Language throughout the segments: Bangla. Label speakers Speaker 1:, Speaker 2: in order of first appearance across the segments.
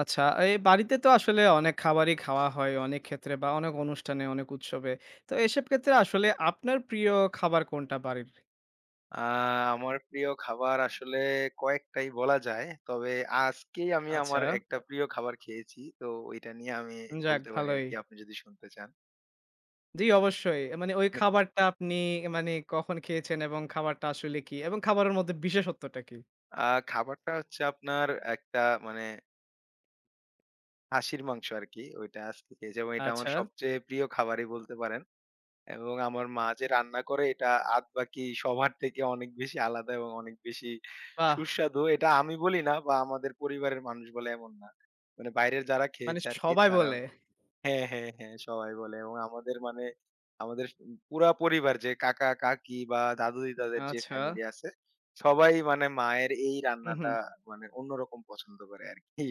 Speaker 1: আচ্ছা, এই বাড়িতে তো আসলে অনেক খাবারই খাওয়া হয় অনেক ক্ষেত্রে বা অনেক অনুষ্ঠানে, অনেক উৎসবে। তো এসব ক্ষেত্রে আসলে আপনার প্রিয় খাবার কোনটা বাড়ির?
Speaker 2: আ আমার প্রিয় খাবার আসলে কয়েকটাই বলা যায়। তবে আজকেই আমি
Speaker 1: আচ্ছা,
Speaker 2: আমার একটা প্রিয় খাবার খেয়েছি। তো ওইটা নিয়ে আমি
Speaker 1: যাক
Speaker 2: বলতে পারি
Speaker 1: ভালোই।
Speaker 2: আরকি আপনি যদি শুনতে চান।
Speaker 1: জি,
Speaker 2: না।
Speaker 1: অবশ্যই। মানে ওই খাবারটা আপনি মানে কখন খেয়েছেন এবং খাবারটা আসলে কি? এবং খাবারের মধ্যে বিশেষত্বটা কি?
Speaker 2: খাবারটা হচ্ছে আপনার একটা মানে খাসির মাংস আরকি। ওইটা আজকে খেয়েছি এবং এটা আমার
Speaker 1: আচ্ছা,
Speaker 2: সবচেয়ে প্রিয় খাবারই বলতে পারেন। এবং আমার মা যে রান্না করে এটা আদবাকি সবার থেকে অনেক বেশি আলাদা এবং অনেক বেশি
Speaker 1: বাহ!
Speaker 2: সুস্বাদু। এটা আমি বলি না বা আমাদের পরিবারের মানুষ বলে এমন না। মানে বাইরের যারা
Speaker 1: মানে
Speaker 2: খেয়েছে আরকি
Speaker 1: সবাই বলে।
Speaker 2: তারাও হ্যাঁ, হ্যাঁ, হ্যাঁ, সবাই বলে এবং আমাদের আমাদের পুরা পরিবার যে কাকা-কাকি বা দাদু-দিদাদের যে
Speaker 1: আচ্ছা।
Speaker 2: ফ্যামিলি আছে, সবাই মানে মায়ের এই
Speaker 1: হু, হু।
Speaker 2: রান্নাটা মানে অন্যরকম পছন্দ করে আরকি।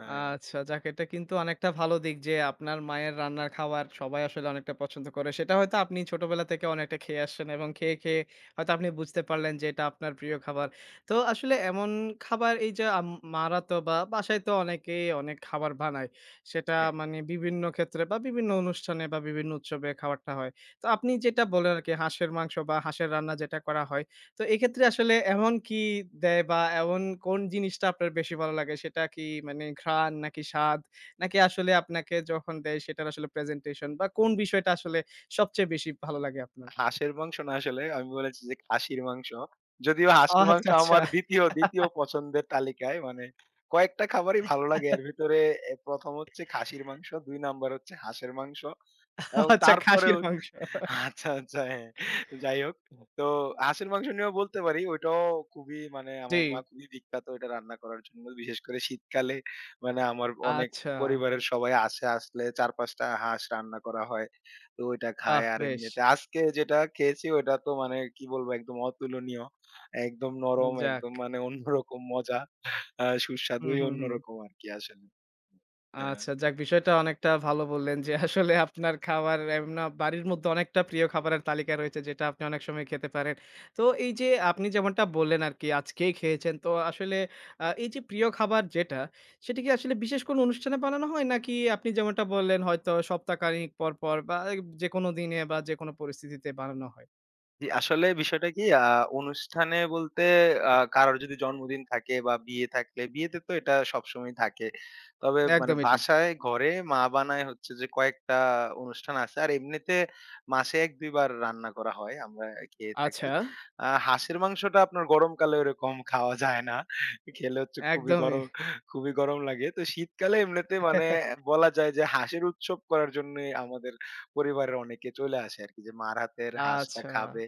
Speaker 2: হ্যাঁ।
Speaker 1: আচ্ছা, যাক এটা কিন্তু অনেকটা ভালো দিক যে আপনার মায়ের রান্নার খাবার সবাই আসলে অনেকটা পছন্দ করে। সেটা হয়তো আপনি ছোটবেলা থেকে অনেকটা খেয়ে আসছেন এবং খেয়ে, খেয়ে হয়তো আপনি বুঝতে পারলেন যে এটা আপনার প্রিয় খাবার। তো আসলে এমন খাবার এই যে মা'রা তো বা বাসায় তো অনেকেই অনেক খাবার বানায়। সেটা
Speaker 2: হ্যাঁ,
Speaker 1: মানে বিভিন্ন ক্ষেত্রে বা বিভিন্ন অনুষ্ঠানে বা বিভিন্ন উৎসবে খাবারটা হয়। তো আপনি যেটা বললেন আরকি হাঁসের মাংস বা হাঁসের রান্না যেটা করা হয় তো এক্ষেত্রে আসলে এমন কি দেয় বা এমন কোন জিনিসটা আপনার বেশি ভালো লাগে? সেটা কি মানে ঘ্রাণ নাকি স্বাদ? নাকি আসলে আপনাকে যখন দেয় সেটার আসলে প্রেজেন্টেশন বা কোন বিষয়টা আসলে সবচেয়ে বেশি ভালো লাগে আপনার?
Speaker 2: হাঁসের মাংস না আসলে আমি বলেছি যে খাসির মাংস। যদিও
Speaker 1: ও
Speaker 2: হাঁসের মাংস
Speaker 1: আচ্ছা, আচ্ছা।
Speaker 2: আমার ২য় পছন্দের তালিকায় মানে কয়েকটা খাবারই ভালো লাগে। এর ভিতরে ১ম হচ্ছে খাসির মাংস, ২ নাম্বার হচ্ছে হাঁসের মাংস। এবং
Speaker 1: আচ্ছা খাসির
Speaker 2: তারপরেও
Speaker 1: মাংস।
Speaker 2: আচ্ছা, আচ্ছা হ্যাঁ। যাই হোক। তো হাঁসের মাংস নিয়েও বলতে পারি। ওইটাও খুবই মানে
Speaker 1: জি।
Speaker 2: আমার মা খুবই বিখ্যাত ওইটা রান্না করার জন্য। বিশেষ করে শীতকালে মানে আমার অনেক
Speaker 1: আচ্ছা।
Speaker 2: পরিবারের সবাই আসে, আসলে ৪-৫ টা হাঁস রান্না করা হয়। তো ওইটা খায়।
Speaker 1: আহ!
Speaker 2: আর
Speaker 1: বেশ।
Speaker 2: এমনিতে আজকে যেটা খেয়েছি ওইটা তো মানে কি বলবো একদম অতুলনীয়। একদম নরম,
Speaker 1: যাক।
Speaker 2: একদম মানে অন্যরকম মজা।
Speaker 1: হুম,
Speaker 2: সুস্বাদুই
Speaker 1: হুম, হুম।
Speaker 2: অন্যরকম আরকি আসলে। হ্যাঁ।
Speaker 1: আচ্ছা, যাক বিষয়টা অনেকটা ভালো বললেন যে আসলে আপনার খাবার এমনা বাড়ির মধ্যে অনেকটা প্রিয় খাবারের তালিকা রয়েছে যেটা আপনি অনেক সময় খেতে পারেন। তো এই যে আপনি যেমনটা বললেন আরকি আজকেই খেয়েছেন। তো আসলে এই যে প্রিয় খাবার যেটা, সেটা কি আসলে বিশেষ কোনো অনুষ্ঠানে বানানো হয়? নাকি আপনি যেমনটা বললেন হয়তো সপ্তাহখানেক পর, পর বা যেকোনো দিনে বা যেকোনো পরিস্থিতিতে বানানো হয়?
Speaker 2: জি, আসলে বিষয়টা কি অনুষ্ঠানে বলতে কারোর যদি জন্মদিন থাকে বা বিয়ে থাকলে বিয়েতে তো এটা সবসময়ই থাকে। তবে মানে
Speaker 1: একদমই ঠিক।
Speaker 2: বাসায় ঘরে মা বানায় হচ্ছে যে কয়েকটা অনুষ্ঠান আছে। আর এমনিতে মাসে ১-২ বার রান্না করা হয়। আমরা খেয়ে থাকি।
Speaker 1: আচ্ছা,
Speaker 2: হাঁসের মাংসটা আপনার গরমকালে ওরকম খাওয়া যায় না। খেলে হচ্ছে
Speaker 1: একদমই।
Speaker 2: খুবই গরম লাগে। তো শীতকালে এমনিতে মানে বলা যায় যে হাঁসের উৎসব করার জন্যই আমাদের পরিবারের অনেকে চলে আসে আরকি যে মার হাতের হাঁসটা
Speaker 1: আচ্ছা,
Speaker 2: খাবে।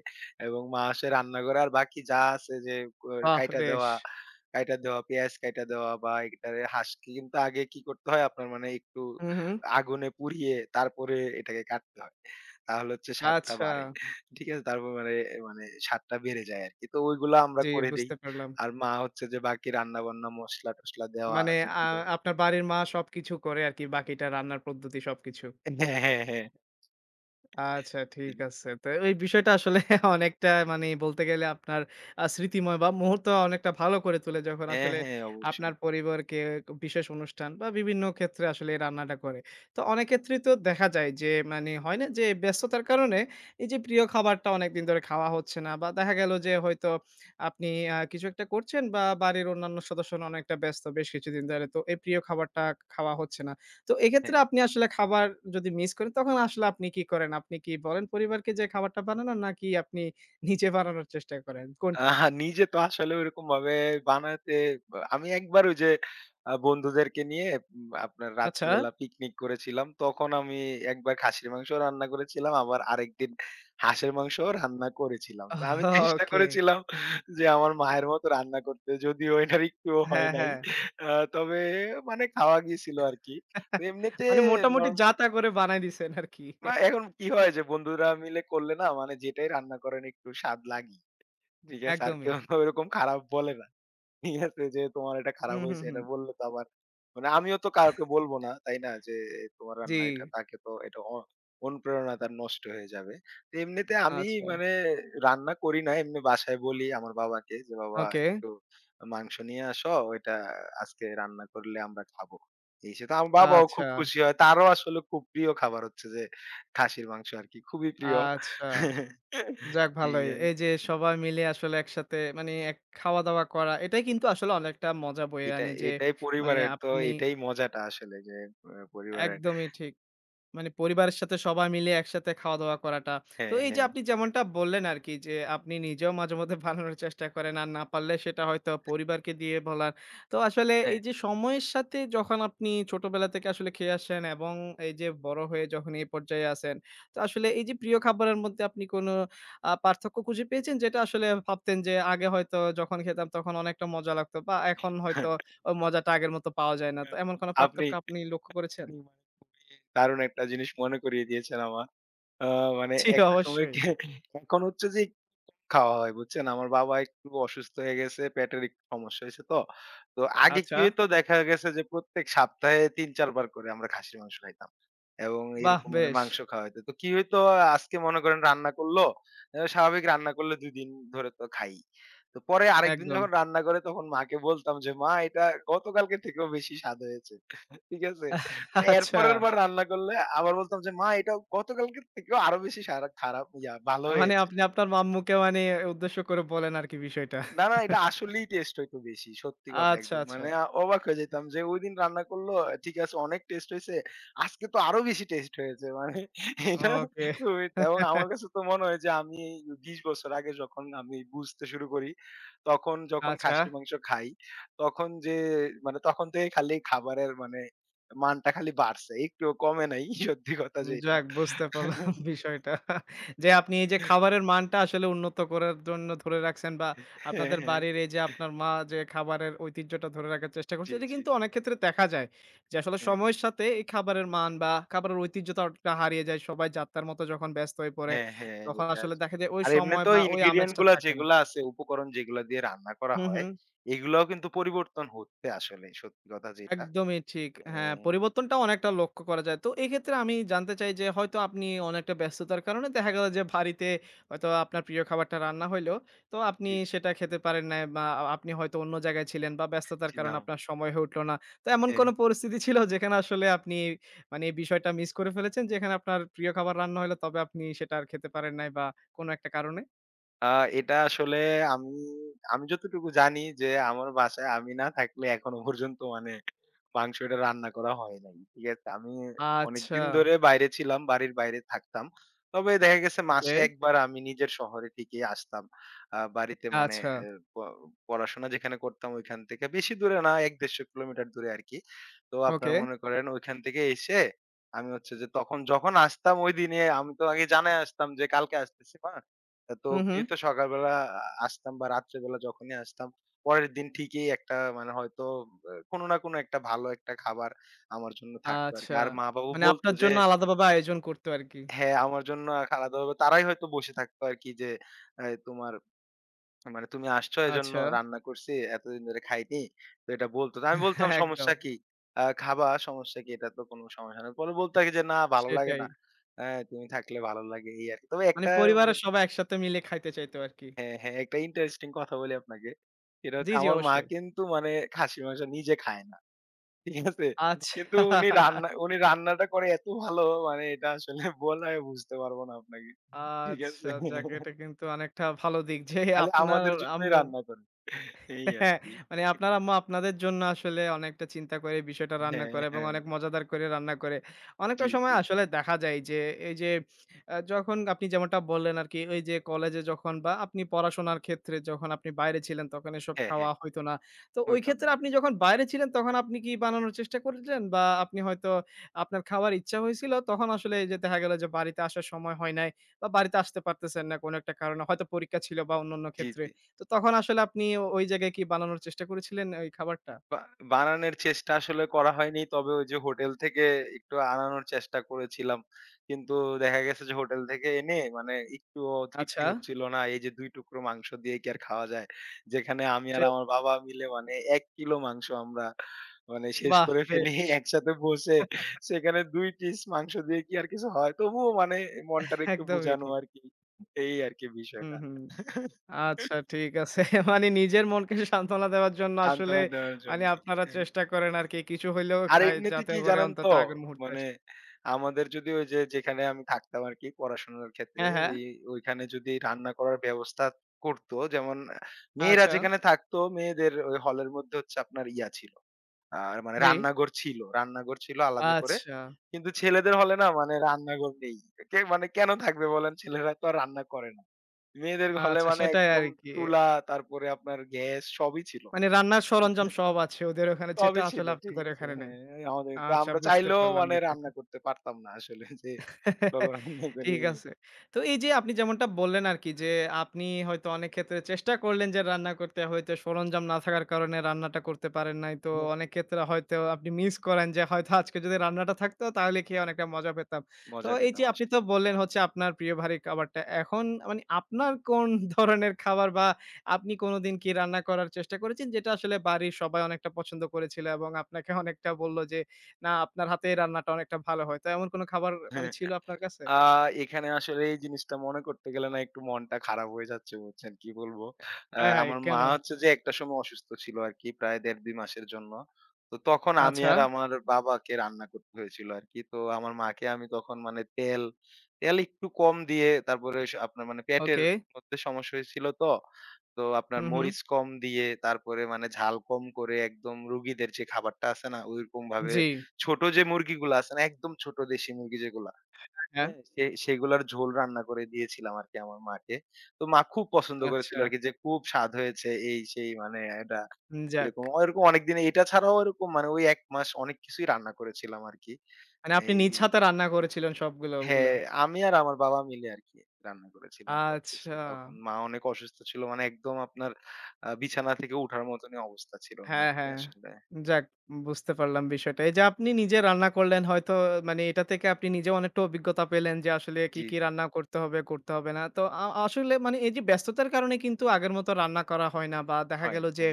Speaker 2: এবং মা আসে রান্না করে। আর বাকি যা আছে যে কোর
Speaker 1: বাহ!
Speaker 2: কাইটা
Speaker 1: বেশ।
Speaker 2: দেওয়া, কাইটা দেওয়া, পেঁয়াজ কাইটা দেওয়া বা এটারে হাঁসকে কিন্তু আগে কি করতে হয় আপনার মানে একটু
Speaker 1: হু, হু।
Speaker 2: আগুনে পুড়িয়ে তারপরে এটাকে কাটতে হয়। তাহলে হচ্ছে স্বাদটা
Speaker 1: আচ্ছা,
Speaker 2: বাড়ে। ঠিক আছে? তারপর মানে মানে স্বাদটা বেড়ে যায় আরকি। তো ওইগুলা আমরা
Speaker 1: জি
Speaker 2: করে দেই।
Speaker 1: বুঝতে পারলাম।
Speaker 2: আর মা হচ্ছে যে বাকি রান্না-বান্না মসলা-টসলা দেওয়া
Speaker 1: মানে
Speaker 2: যে
Speaker 1: আ
Speaker 2: কিভাবে
Speaker 1: আপনার বাড়ির মা সবকিছু করে আরকি বাকিটা রান্নার পদ্ধতি সবকিছু।
Speaker 2: হ্যাঁ, হ্যাঁ, হ্যাঁ।
Speaker 1: আচ্ছা ঠিক আছে। তো এই বিষয়টা আসলে অনেকটা মানে বলতে গেলে আপনার স্মৃতিময় বা মুহূর্ত অনেকটা ভালো করে তোলে যখন
Speaker 2: হ্যাঁ,
Speaker 1: আসলে
Speaker 2: হ্যাঁ অবশ্যই।
Speaker 1: আপনার পরিবারকে বিশেষ অনুষ্ঠান বা বিভিন্ন ক্ষেত্রে আসলে এই রান্নাটা করে। তো অনেক ক্ষেত্রেই তো দেখা যায় যে মানে হয় না যে ব্যস্ততার কারণে এই যে প্রিয় খাবারটা অনেকদিন ধরে খাওয়া হচ্ছে না বা দেখা গেল যে হয়তো আপনি কিছু একটা করছেন বা বাড়ির অন্যান্য সদস্য অনেকটা ব্যস্ত বেশ কিছুদিন ধরে। তো এই প্রিয় খাবারটা খাওয়া হচ্ছে না। তো
Speaker 2: হ্যাঁ।
Speaker 1: এক্ষেত্রে আপনি আসলে খাবার যদি মিস করেন তখন আসলে আপনি কি করেন? আপনি কি বলেন পরিবারকে যে খাবারটা বানানোর নাকি আপনি নিজে বানানোর চেষ্টা করেন? কোনটা?
Speaker 2: আহা নিজে তো আসলে ওরকম ভাবে বানাতে আমি একবার ওই যে বন্ধুদেরকে নিয়ে আপনার
Speaker 1: আচ্ছা।
Speaker 2: রাত্রিবেলা পিকনিক করেছিলাম। তখন আমি একবার খাসির মাংস রান্না করেছিলাম। আবার আরেকদিন হাঁসের মাংসও রান্না করেছিলাম। তো আমি চেষ্টা
Speaker 1: ওকে।
Speaker 2: করেছিলাম যে আমার মায়ের মতো রান্না করতে। যদিও এটার একটুও হয়
Speaker 1: হ্যাঁ,
Speaker 2: নাই।
Speaker 1: হ্যাঁ।
Speaker 2: আ তবে মানে খাওয়া গিয়েছিল আরকি। তো এমনিতে
Speaker 1: মানে মোটামুটি
Speaker 2: নর
Speaker 1: যা তা করে বানায় দিছেন আরকি।
Speaker 2: মা এখন কি হয় যে বন্ধুরা মিলে করলে না মানে যেটাই রান্না করেন একটু স্বাদ লাগে। ঠিক আছে? আর
Speaker 1: একদমই।
Speaker 2: কেউ তো ওরকম খারাপ বলে না। ঠিক আছে? যে তোমার এটা খারাপ
Speaker 1: হুম, হুম,
Speaker 2: হইছে
Speaker 1: হুম।
Speaker 2: এটা বললে তো আবার মানে আমিও তো কাউকে বলব না, তাই না? যে তোমার
Speaker 1: জি।
Speaker 2: রান্না এটা তাকে তো এটা অনুপ্রেরণা তার নষ্ট হয়ে যাবে। তো এমনিতে আমি
Speaker 1: আচ্ছা।
Speaker 2: মানে রান্না করি না। এমনি বাসায় বলি আমার বাবাকে যে, "বাবা
Speaker 1: ওকে।
Speaker 2: একটু মাংস নিয়ে আসো। ওইটা আজকে রান্না করলে আমরা খাবো।" এই সে তো আমার বাবাও
Speaker 1: আচ্ছা,
Speaker 2: খুব খুশি হয়। তারও আসলে খুব প্রিয় খাবার হচ্ছে যে খাসির মাংস আরকি। খুবই প্রিয়।
Speaker 1: আচ্ছা। যাক
Speaker 2: এই
Speaker 1: ভালোই।
Speaker 2: আর
Speaker 1: এই যে সবাই মিলে আসলে একসাথে মানে এক খাওয়া-দাওয়া করা এটাই কিন্তু আসলে অনেকটা মজা বয়ে
Speaker 2: এটা
Speaker 1: আনে যে
Speaker 2: এটাই
Speaker 1: মানে
Speaker 2: পরিবারের তো
Speaker 1: আপনি
Speaker 2: এটাই মজাটা আসলে যে পরিবারের
Speaker 1: একদমই ঠিক। মানে পরিবারের সাথে সবাই মিলে একসাথে খাওয়া-দাওয়া করাটা। তো
Speaker 2: হ্যাঁ,
Speaker 1: এই যে
Speaker 2: হ্যাঁ,
Speaker 1: আপনি যেমনটা বললেন আরকি যে, আপনি নিজেও মাঝেমধ্যে বানানোর চেষ্টা করেন। আর না পারলে সেটা হয়তো পরিবারকে দিয়ে বলান। তো আসলে
Speaker 2: হ্যাঁ।
Speaker 1: এই যে সময়ের সাথে যখন আপনি ছোটবেলা থেকে আসলে খেয়ে আসেন এবং এই যে বড় হয়ে যখন এই পর্যায়ে আসেন, তো আসলে এই যে প্রিয় খাবারের মধ্যে আপনি কোনো পার্থক্য খুঁজে পেয়েছেন? যেটা আসলে ভাবতেন যে আগে হয়তো যখন খেতাম তখন অনেকটা মজা লাগতো বা এখন হয়তো ওই মজাটা আগের মতো পাওয়া যায় না। তো
Speaker 2: হ্যাঁ।
Speaker 1: এমন কোনো
Speaker 2: আপনি
Speaker 1: পার্থক্য আপনি লক্ষ্য করেছেন?
Speaker 2: আপনি মানে খুবই দারুণ একটা জিনিস মনে করিয়ে দিয়েছেন আমার। আ মানে
Speaker 1: জি,
Speaker 2: একটা সময়
Speaker 1: অবশ্যই।
Speaker 2: কে এখন হচ্ছে যে খাওয়া হয় বুঝছেন? আমার বাবা একটু অসুস্থ হয়ে গেছে, পেটের একটু সমস্যা হইছে তো। তো আগে
Speaker 1: আচ্ছা,
Speaker 2: কি হইতো দেখা গেছে যে প্রত্যেক সপ্তাহে ৩-৪ বার করে আমরা খাসির মাংস খাইতাম। এবং
Speaker 1: বাহ!
Speaker 2: এরকম মানে
Speaker 1: বেশ,
Speaker 2: মাংস খাওয়া হইতো। তো কি হইতো আজকে মনে করেন রান্না করল। স্বাভাবিক রান্না করলে ২ দিন ধরে তো খাই। তো পরে আরেকদিন
Speaker 1: একদম।
Speaker 2: যখন রান্না করে তখন মাকে বলতাম যে, "মা এটা গতকালকের থেকেও বেশি স্বাদ হয়েছে।" ঠিক আছে? তো
Speaker 1: আচ্ছা,
Speaker 2: এরপরের বার রান্না করলে আবার বলতাম যে, "মা এটা গতকালকের থেকেও আরো বেশি সারা খারাপ ইয়া ভালো
Speaker 1: মানে
Speaker 2: হয়েছে।"
Speaker 1: আপনি আপনার আম্মুকে মানে উদ্দেশ্য করে বলেন আরকি বিষয়টা।
Speaker 2: না, না এটা আসলেই টেস্ট হইতো বেশি। সত্যি কথা
Speaker 1: আচ্ছা,
Speaker 2: একদম।
Speaker 1: আচ্ছা।
Speaker 2: মানে অবাক হয়ে যেতাম যে ওইদিন রান্না করলো, ঠিক আছে অনেক টেস্ট হইছে। আজকে তো আরো বেশি টেস্ট হয়েছে। মানে এটা
Speaker 1: ওকে।
Speaker 2: ওই এবং আমার কাছে তো মনে হয় যে আমি ২০ বছর আগে যখন আমি বুঝতে শুরু করি, তখন যখন
Speaker 1: আচ্ছা।
Speaker 2: খাসির মাংস খাই, তখন যে মানে তখন থেকে খালি খাবারের মানে মানটা খালি বাড়ছে। একটুও কমে নাই সত্যি কথা যেটা।
Speaker 1: যাক বুঝতে পারলাম বিষয়টা। যে আপনি এই যে খাবারের মানটা আসলে উন্নত করার জন্য ধরে রাখছেন বা
Speaker 2: হ্যাঁ,
Speaker 1: আপনাদের
Speaker 2: হ্যাঁ।
Speaker 1: বাড়ির এই যে আপনার মা যে খাবারের ঐতিহ্যটা ধরে রাখার চেষ্টা করছে,
Speaker 2: জি,
Speaker 1: এটা
Speaker 2: জি।
Speaker 1: কিন্তু অনেক ক্ষেত্রে দেখা যায় যে আসলে
Speaker 2: হ্যাঁ।
Speaker 1: সময়ের সাথে এই খাবারের মান বা খাবারের ঐতিহ্যটা হারিয়ে যায়। সবাই যাত্রার মতো যখন ব্যস্ত হয়ে পড়ে,
Speaker 2: হ্যাঁ, হ্যাঁ,
Speaker 1: তখন
Speaker 2: এটা
Speaker 1: আসলে
Speaker 2: আছে।
Speaker 1: দেখা যায় ওই
Speaker 2: আর
Speaker 1: সময়
Speaker 2: এমনিতেও
Speaker 1: বা ওই
Speaker 2: ইনগ্রিডিয়েন্ট
Speaker 1: আমেজটা
Speaker 2: গুলা
Speaker 1: থাকে না।
Speaker 2: যেগুলা আছে, উপকরণ যেগুলা দিয়ে রান্না করা
Speaker 1: হু, হু।
Speaker 2: হয়, এগুলাও কিন্তু পরিবর্তন হচ্ছে আসলে সত্যি কথা যেটা।
Speaker 1: একদমই ঠিক। হ্যাঁ,
Speaker 2: হ্যাঁ,
Speaker 1: পরিবর্তনটাও অনেকটা লক্ষ্য করা যায়। তো এক্ষেত্রে আমি জানতে চাই যে হয়তো আপনি অনেকটা ব্যস্ততার কারণে দেখা গেল যে বাড়িতে হয়তো আপনার প্রিয় খাবারটা রান্না হইলো। তো আপনি
Speaker 2: জি,
Speaker 1: সেটা খেতে পারেন নাই বা আপনি হয়তো অন্য জায়গায় ছিলেন বা ব্যস্ততার কারণে
Speaker 2: ছিলাম।
Speaker 1: আপনার সময় হয়ে উঠলো না। তো এমন
Speaker 2: হ্যাঁ।
Speaker 1: কোনো পরিস্থিতি ছিল যেখানে আসলে আপনি মানে এই বিষয়টা মিস করে ফেলেছেন? যেখানে আপনার প্রিয় খাবার রান্না হইলো তবে আপনি সেটা আর খেতে পারেন নাই বা কোনো একটা কারণে?
Speaker 2: আ এটা আসলে আমি আমি যতটুকু জানি যে আমার বাসায় আমি না থাকলে এখনো পর্যন্ত মানে মাংসটা রান্না করা হয় নাই। ঠিক আছে? আমি
Speaker 1: আচ্ছা।
Speaker 2: অনেকদিন ধরে বাইরে ছিলাম, বাড়ির বাইরে থাকতাম। তবে দেখা গেছে
Speaker 1: ওকে।
Speaker 2: মাসে একবার আমি নিজের শহরে ঠিকই আসতাম। বাড়িতে মানে
Speaker 1: আচ্ছা।
Speaker 2: এ প পড়াশোনা যেখানে করতাম ওইখান থেকে বেশি দূরে না ১-১৫০ কিলোমিটার দূরে আরকি। তো আপনার
Speaker 1: ওকে।
Speaker 2: মনে করেন ওইখান থেকে এসে আমি হচ্ছে যে তখন যখন আসতাম ওইদিনে আমি তো আগে জানায় আসতাম যে কালকে আসতেছি মা। তো
Speaker 1: হুম, হুম।
Speaker 2: কিন্তু সকালবেলা আ আসতাম বা রাত্রেবেলা যখনই আসতাম, পরের দিন ঠিকই একটা মানে হয়তো কোনো না কোনো একটা ভালো একটা খাবার আমার জন্য থাকতো আরকি।
Speaker 1: আচ্ছা।
Speaker 2: আর মা-বাবাও
Speaker 1: মানে
Speaker 2: বলতো
Speaker 1: আপনার
Speaker 2: যে
Speaker 1: জন্য আলাদাভাবে আয়োজন করতো আরকি।
Speaker 2: হ্যাঁ, আমার জন্য আলাদা ভাবে তারাই হয়তো বসে থাকতো আরকি যে তোমার মানে "তুমি আসছো এজন্য
Speaker 1: আচ্ছা।
Speaker 2: রান্না করছি, এতদিন ধরে খাইনি।" তো এটা বলতো। তো আমি বলতাম,
Speaker 1: হ্যাঁ, একদম।
Speaker 2: "সমস্যা কি? খাবা, সমস্যা কি? এটা তো কোনো সমস্যা না।" পরে বলত আরকি যে, "না, ভালো লাগে
Speaker 1: সেটাই।
Speaker 2: না। হ্যাঁ, তুমি থাকলে ভালো লাগে" এই আরকি। তবে
Speaker 1: মানে
Speaker 2: একটা
Speaker 1: পরিবারের সবাই একসাথে মিলে খাইতে চাইতো আরকি।
Speaker 2: হ্যাঁ, হ্যাঁ। একটা ইন্টারেস্টিং কথা বলি আপনাকে। সেটা
Speaker 1: জি,
Speaker 2: হচ্ছে
Speaker 1: জি
Speaker 2: আমার মা
Speaker 1: অবশ্যই।
Speaker 2: কিন্তু মানে খাসির মাংস নিজে খায় না। ঠিক আছে? কিন্তু
Speaker 1: আচ্ছা।
Speaker 2: উনি রান্নাটা করে এত ভালো মানে এটা আসলে বলে বুঝতে পারবো না আপনাকে। ঠিক
Speaker 1: আচ্ছা,
Speaker 2: আছে?
Speaker 1: যাক এটা কিন্তু অনেকটা ভালো দিক যে
Speaker 2: খালি
Speaker 1: আপনার
Speaker 2: আমাদের জন্যই
Speaker 1: আম্মু
Speaker 2: রান্না করে। এই
Speaker 1: হ্যাঁ,
Speaker 2: আরকি।
Speaker 1: মানে আপনার আম্মু আপনাদের জন্য আসলে অনেকটা চিন্তা করে বিষয়টা রান্না
Speaker 2: হ্যাঁ,
Speaker 1: করে এবং
Speaker 2: হ্যাঁ।
Speaker 1: অনেক মজাদার করে রান্না করে। অনেকটা
Speaker 2: জি,
Speaker 1: সময়
Speaker 2: জি।
Speaker 1: আসলে দেখা যায় যে এই যে যখন আপনি যেমনটা বললেন আরকি ওই যে কলেজে যখন বা আপনি পড়াশোনার ক্ষেত্রে যখন আপনি বাইরে ছিলেন তখন এসব
Speaker 2: হ্যাঁ,
Speaker 1: খাওয়া
Speaker 2: হ্যাঁ।
Speaker 1: হইতো না। তো ওই
Speaker 2: হইতো না।
Speaker 1: ক্ষেত্রে আপনি যখন বাইরে ছিলেন তখন আপনি কি বানানোর চেষ্টা করেছিলেন? বা আপনি হয়তো আপনার খাওয়ার ইচ্ছা হয়েছিল তখন আসলে এই যে দেখা গেল যে বাড়িতে আসার সময় হয় নাই বা বাড়িতে আসতে পারতেছেন না কোনো একটা কারণে হয়তো পরীক্ষা ছিল বা অন্যান্য
Speaker 2: জি,
Speaker 1: ক্ষেত্রে।
Speaker 2: জি।
Speaker 1: তো তখন আসলে আপনি ওই জায়গায় কি বানানোর চেষ্টা করেছিলেন ওই খাবারটা?
Speaker 2: বা বানানের চেষ্টা আসলে করা হয়নি। তবে ওই যে হোটেল থেকে একটু আনানোর চেষ্টা করেছিলাম। কিন্তু দেখা গেছে যে হোটেল থেকে এনে মানে একটুও তৃপ্তি
Speaker 1: আচ্ছা।
Speaker 2: হচ্ছিল না। এই যে ২ টুকরো মাংস দিয়ে কি আর খাওয়া যায়? যেখানে আমি
Speaker 1: সে
Speaker 2: আর আমার বাবা মিলে মানে ১ কিলো মাংস আমরা মানে শেষ
Speaker 1: বাহ!
Speaker 2: করে ফেলি
Speaker 1: বেশ
Speaker 2: একসাথে বসে। সেখানে ২ পিস মাংস দিয়ে কি আর কিছু হয়? তবুও মানে মনটারে একটু
Speaker 1: একদমই
Speaker 2: বুঝানো
Speaker 1: ঠিক।
Speaker 2: আরকি। এই আরকি
Speaker 1: হুম,
Speaker 2: বিষয়টা।
Speaker 1: হুম। আচ্ছা ঠিক আছে। মানে নিজের মনকে সান্ত্বনা দেওয়ার জন্য আসলে
Speaker 2: সান্ত্বনা দেওয়ার
Speaker 1: মানে
Speaker 2: জন্য।
Speaker 1: আপনারা
Speaker 2: হ্যাঁ।
Speaker 1: চেষ্টা করেন আরকি কিছু হইলেও
Speaker 2: আর
Speaker 1: খাই
Speaker 2: এমনিতে
Speaker 1: যাতে
Speaker 2: কি
Speaker 1: করে
Speaker 2: জানেন
Speaker 1: অন্তত
Speaker 2: তো?
Speaker 1: আগের মুহূর্তে
Speaker 2: মানে
Speaker 1: আসে।
Speaker 2: আমাদের যদি ওই যে যেখানে আমি থাকতাম আরকি পড়াশোনার ক্ষেত্রে,
Speaker 1: হ্যাঁ, হ্যাঁ।
Speaker 2: ওইখানে যদি রান্না করার ব্যবস্থা করত, যেমন মেয়েরা
Speaker 1: আচ্ছা।
Speaker 2: যেখানে থাকতো, মেয়েদের ওই হলের মধ্যে হচ্ছে আপনার ইয়া ছিল। আ মানে
Speaker 1: জি।
Speaker 2: রান্নাঘর ছিল। রান্নাঘর ছিল আলাদা করে।
Speaker 1: আচ্ছা,
Speaker 2: কিন্তু ছেলেদের হলে না মানে রান্নাঘর নেই। কে মানে কেন থাকবে বলেন? ছেলেরা তো আর রান্না করে না। মেয়েদের হলে
Speaker 1: আচ্ছা
Speaker 2: মানে
Speaker 1: সেটাই
Speaker 2: একদম
Speaker 1: আরকি।
Speaker 2: চুলা, তারপরে আপনার গ্যাস সবই ছিল।
Speaker 1: মানে রান্নার সরঞ্জাম সব আছে ওদের ওখানে যেটা
Speaker 2: সবই ছিল।
Speaker 1: আসলে
Speaker 2: ঠিক
Speaker 1: আপনাদের
Speaker 2: আছে?
Speaker 1: এখানে নাই।
Speaker 2: হ্যাঁ, এই আমাদের তো
Speaker 1: আচ্ছা
Speaker 2: আমরা
Speaker 1: বুঝতে
Speaker 2: চাইলেও
Speaker 1: পারলাম
Speaker 2: মানে
Speaker 1: বিষয়টা।
Speaker 2: রান্না করতে পারতাম না আসলে যে চলো রান্না করি।
Speaker 1: ঠিক আছে। তো এই যে আপনি যেমনটা বললেন আরকি যে, আপনি হয়তো অনেক ক্ষেত্রে চেষ্টা করলেন যে রান্না করতে, হয়তো সরঞ্জাম না থাকার কারণে রান্নাটা করতে পারেন নাই। তো
Speaker 2: হ্যাঁ,
Speaker 1: অনেক ক্ষেত্রে হয়তো আপনি মিস করেন যে হয়তো আজকে যদি রান্নাটা থাকতো তাহলে খেয়ে অনেকটা মজা পেতাম। তো
Speaker 2: মজা
Speaker 1: এই যে
Speaker 2: পেতাম
Speaker 1: আপনি
Speaker 2: আসলে।
Speaker 1: তো বললেন হচ্ছে আপনার প্রিয় ভারী খাবারটা। এখন মানে আপনার কোন ধরনের খাবার বা আপনি কোনদিন কি রান্না করার চেষ্টা করেছেন যেটা আসলে বাড়ির সবাই অনেকটা পছন্দ করেছিল এবং আপনাকে অনেকটা বলল যে না আপনার হাতে এই রান্নাটা অনেকটা ভালো হয়। তো এমন কোনো খাবার মানে
Speaker 2: হ্যাঁ।
Speaker 1: ছিল আপনার কাছে?
Speaker 2: আ এখানে আসলে এই জিনিসটা মনে করতে গেলে না একটু মনটা খারাপ হয়ে যাচ্ছে বুঝছেন। কি বলবো?
Speaker 1: আয় হায়!
Speaker 2: আমার মা
Speaker 1: কেন?
Speaker 2: হচ্ছে যে একটা সময় অসুস্থ ছিল আরকি প্রায় ১.৫-২ মাসের জন্য। তো তখন আমি
Speaker 1: আচ্ছা,
Speaker 2: আর আমার বাবাকে রান্না করতে হয়েছিল আরকি। তো আমার মাকে আমি তখন মানে তেল একটু কম দিয়ে তারপরে আপনার মানে পেটের
Speaker 1: ওকে।
Speaker 2: মধ্যে সমস্যা হয়েছিল তো। তো আপনার
Speaker 1: হুম, হুম।
Speaker 2: মরিচ কম দিয়ে তারপরে মানে ঝাল কম করে একদম রুগীদের যে খাবারটা আছে না? ওইরকম ভাবে
Speaker 1: জি।
Speaker 2: ছোট যে মুরগিগুলা আছে না? একদম ছোট দেশি মুরগি যেগুলা
Speaker 1: হ্যাঁ,
Speaker 2: হ্যাঁ, সেগুলার ঝোল রান্না করে দিয়েছিলাম আরকি আমার মাকে। তো মা খুব পছন্দ করেছিল
Speaker 1: আচ্ছা।
Speaker 2: আরকি যে, "খুব স্বাদ হয়েছে।" এই সেই মানে এটা
Speaker 1: যাক।
Speaker 2: এরকম ওরকম অনেকদিন এটা ছাড়াও ওরকম মানে ওই ১ মাস অনেক কিছুই রান্না করেছিলাম আরকি।
Speaker 1: মানে আপনি
Speaker 2: এই
Speaker 1: নিজ হাতে রান্না করেছিলেন সবগুলো ওগুলা।
Speaker 2: হ্যাঁ, আমি আর আমার বাবা মিলে আরকি রান্না করেছিলাম সবকিছু।
Speaker 1: আচ্ছা।
Speaker 2: তখন মা অনেক অসুস্থ ছিল মানে একদম আপনার বিছানা থেকে উঠার মতনই অবস্থা ছিল না
Speaker 1: হ্যাঁ,
Speaker 2: আরকি
Speaker 1: হ্যাঁ।
Speaker 2: আসলে।
Speaker 1: যাক বুঝতে পারলাম বিষয়টা। এই যে আপনি নিজে রান্না করলেন হয়তো মানে এটা থেকে আপনি নিজেও অনেকটা অভিজ্ঞতা পেলেন যে আসলে কি,
Speaker 2: জি,
Speaker 1: কি রান্না করতে হবে, করতে হবে না। তো আসলে মানে এই যে ব্যস্ততার কারণে কিন্তু আগের মতো রান্না করা হয় না বা দেখা
Speaker 2: হয়
Speaker 1: গেল
Speaker 2: না।
Speaker 1: যে
Speaker 2: হ্যাঁ।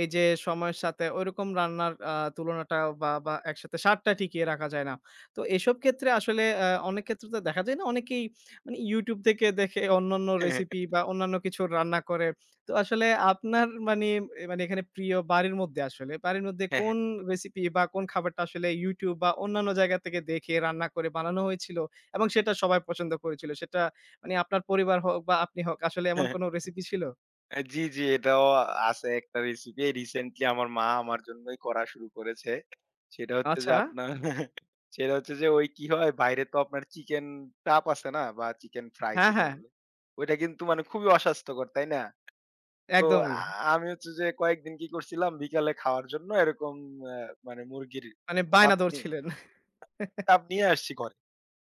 Speaker 1: এই যে সময়ের সাথে ঐরকম রান্নার তুলনাটা বা একসাথে স্বাদটা টিকিয়ে রাখা যায় না। তো এসব ক্ষেত্রে আসলে অনেক ক্ষেত্রে তো দেখা যায় না অনেকেই মানে YouTube থেকে দেখে অন্যান্য রেসিপি বা অন্যান্য কিছু রান্না করে তো আসলে আপনার মানে মানে এখানে প্রিয় বাড়ির মধ্যে আসলে, বাড়ির মধ্যে
Speaker 2: হ্যাঁ,
Speaker 1: কোন রেসিপি বা কোন খাবারটা আসলে YouTube বা অন্যান্য জায়গা থেকে দেখে রান্না করে বানানো হয়েছিল এবং সেটা সবাই পছন্দ করেছিল? সেটা মানে আপনার পরিবার হোক বা আপনি হোক আসলে এমন
Speaker 2: হ্যাঁ।
Speaker 1: কোন রেসিপি ছিল?
Speaker 2: জি, জি, এটাও আছে একটা রেসিপি। রিসেন্টলি আমার মা আমার জন্যই করা শুরু করেছে। সেটা হচ্ছে যে
Speaker 1: আচ্ছা।
Speaker 2: আপনার সেটা হচ্ছে যে ওই কি হয় বাইরে তো আপনার চিকেন চাপ আছে না? বা চিকেন ফ্রাই
Speaker 1: হ্যাঁ,
Speaker 2: যেটা
Speaker 1: হ্যাঁ,
Speaker 2: বলে। ওইটা কিন্তু মানে খুবই অস্বাস্থ্যকর, তাই না? তো
Speaker 1: একদমই।
Speaker 2: আ আমি হচ্ছে যে কয়েকদিন কি করছিলাম বিকালে খাওয়ার জন্য এরকম অ্যা মানে মুরগির
Speaker 1: মানে
Speaker 2: চাপ
Speaker 1: বায়না
Speaker 2: নিয়ে
Speaker 1: ধরছিলেন।
Speaker 2: চাপ নিয়ে আসছি ঘরে।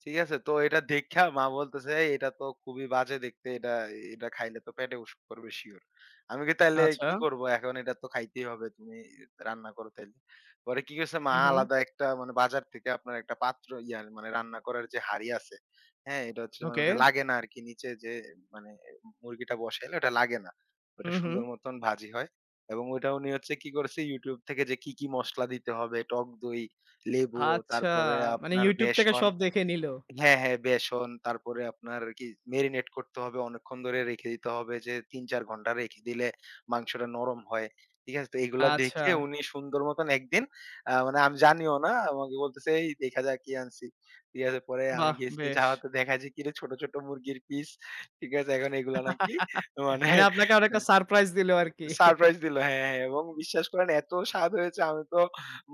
Speaker 2: ঠিক আছে? তো এটা দেইখা মা বলতেছে, "এই এটা তো খুবই বাজে দেখতে। এটা এটা খাইলে তো পেটে অসুখ করবে শিওর।" আমি কই, "তাইলে
Speaker 1: আচ্ছা।
Speaker 2: কি করব? এখন এটা তো খাইতেই হবে। তুমি রান্না করো তাইলে।" পরে কি করছে মা
Speaker 1: হু, হু।
Speaker 2: আলাদা একটা মানে বাজার থেকে আপনার একটা পাত্র ইয়া মানে রান্না করার যে হাঁড়ি আছে, হ্যাঁ? এটা হচ্ছে মানে
Speaker 1: ওকে।
Speaker 2: ওটা লাগে না আরকি নিচে যে মানে মুরগিটা বসাইলে ওটা লাগে না।
Speaker 1: হু,
Speaker 2: ওটা
Speaker 1: হু।
Speaker 2: সুন্দর মতন ভাজি হয়। এবং ওইটা উনি হচ্ছে কি করছে YouTube থেকে যে কি, কি মসলা দিতে হবে, টক দই, লেবু,
Speaker 1: আচ্ছা,
Speaker 2: তারপরে
Speaker 1: মানে
Speaker 2: আপনার
Speaker 1: YouTube থেকে
Speaker 2: বেসন
Speaker 1: সব দেখে নিল।
Speaker 2: হ্যাঁ, হ্যাঁ, বেসন তারপরে আপনার কি মেরিনেট করতে হবে। অনেকক্ষণ ধরে রেখে দিতে হবে যে ৩-৪ ঘন্টা রেখে দিলে মাংসটা নরম হয়। ঠিক আছে? তো এগুলা
Speaker 1: আচ্ছা,
Speaker 2: দেখে উনি সুন্দর মতন একদিন মানে আমি জানিও না আমাকে বলতেছে, "এই দেখা যা কি আনছি।" ঠিক আছে? পরে আমি
Speaker 1: বাহ!
Speaker 2: গেছি
Speaker 1: বেশ।
Speaker 2: যাওয়াতে দেখা যায় কিরে ছোট, ছোট মুরগির পিস। ঠিক আছে? এখন এগুলা নাকি মানে
Speaker 1: মানে আপনাকে অনেকটা সারপ্রাইজ দিল আরকি।
Speaker 2: সারপ্রাইজ দিল। হ্যাঁ, হ্যাঁ এবং বিশ্বাস করেন এত স্বাদ হয়েছে আমি তো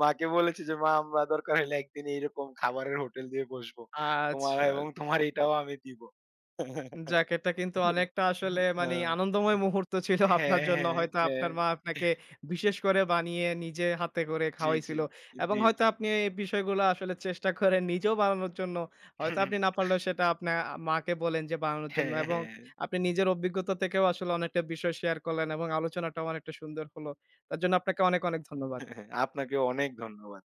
Speaker 2: মাকে বলেছি যে, "মা আমরা দরকার হলে একদিন এইরকম খাবারের হোটেল দিয়ে বসবো। তোমার
Speaker 1: আচ্ছা।
Speaker 2: এবং তোমার এটাও আমি দিব।"
Speaker 1: যাক এটা কিন্তু অনেকটা আসলে মানি
Speaker 2: হ্যাঁ।
Speaker 1: আনন্দময় মুহূর্ত ছিল আপনার
Speaker 2: হ্যাঁ,
Speaker 1: জন্য।
Speaker 2: হ্যাঁ,
Speaker 1: হয়তো আপনার
Speaker 2: হ্যাঁ।
Speaker 1: মা আপনাকে বিশেষ করে বানিয়ে নিজে হাতে করে
Speaker 2: জি, জি,
Speaker 1: খাওয়াইছিল। এবং
Speaker 2: জি,
Speaker 1: হয়তো
Speaker 2: জি।
Speaker 1: আপনি এই বিষয়গুলো আসলে চেষ্টা করেন নিজেও বানানোর জন্য। হয়তো আপনি না পারলেও সেটা আপনার মাকে বলেন যে বানানোর জন্য।
Speaker 2: হ্যাঁ,
Speaker 1: এবং
Speaker 2: হ্যাঁ।
Speaker 1: আপনি নিজের অভিজ্ঞতা থেকেও আসলে অনেকটা বিষয় শেয়ার করলেন এবং আলোচনাটাও অনেকটা সুন্দর হলো। তার জন্য আপনাকে অনেক, অনেক
Speaker 2: হ্যাঁ,
Speaker 1: ধন্যবাদ।
Speaker 2: হ্যাঁ, আপনাকেও অনেক ধন্যবাদ।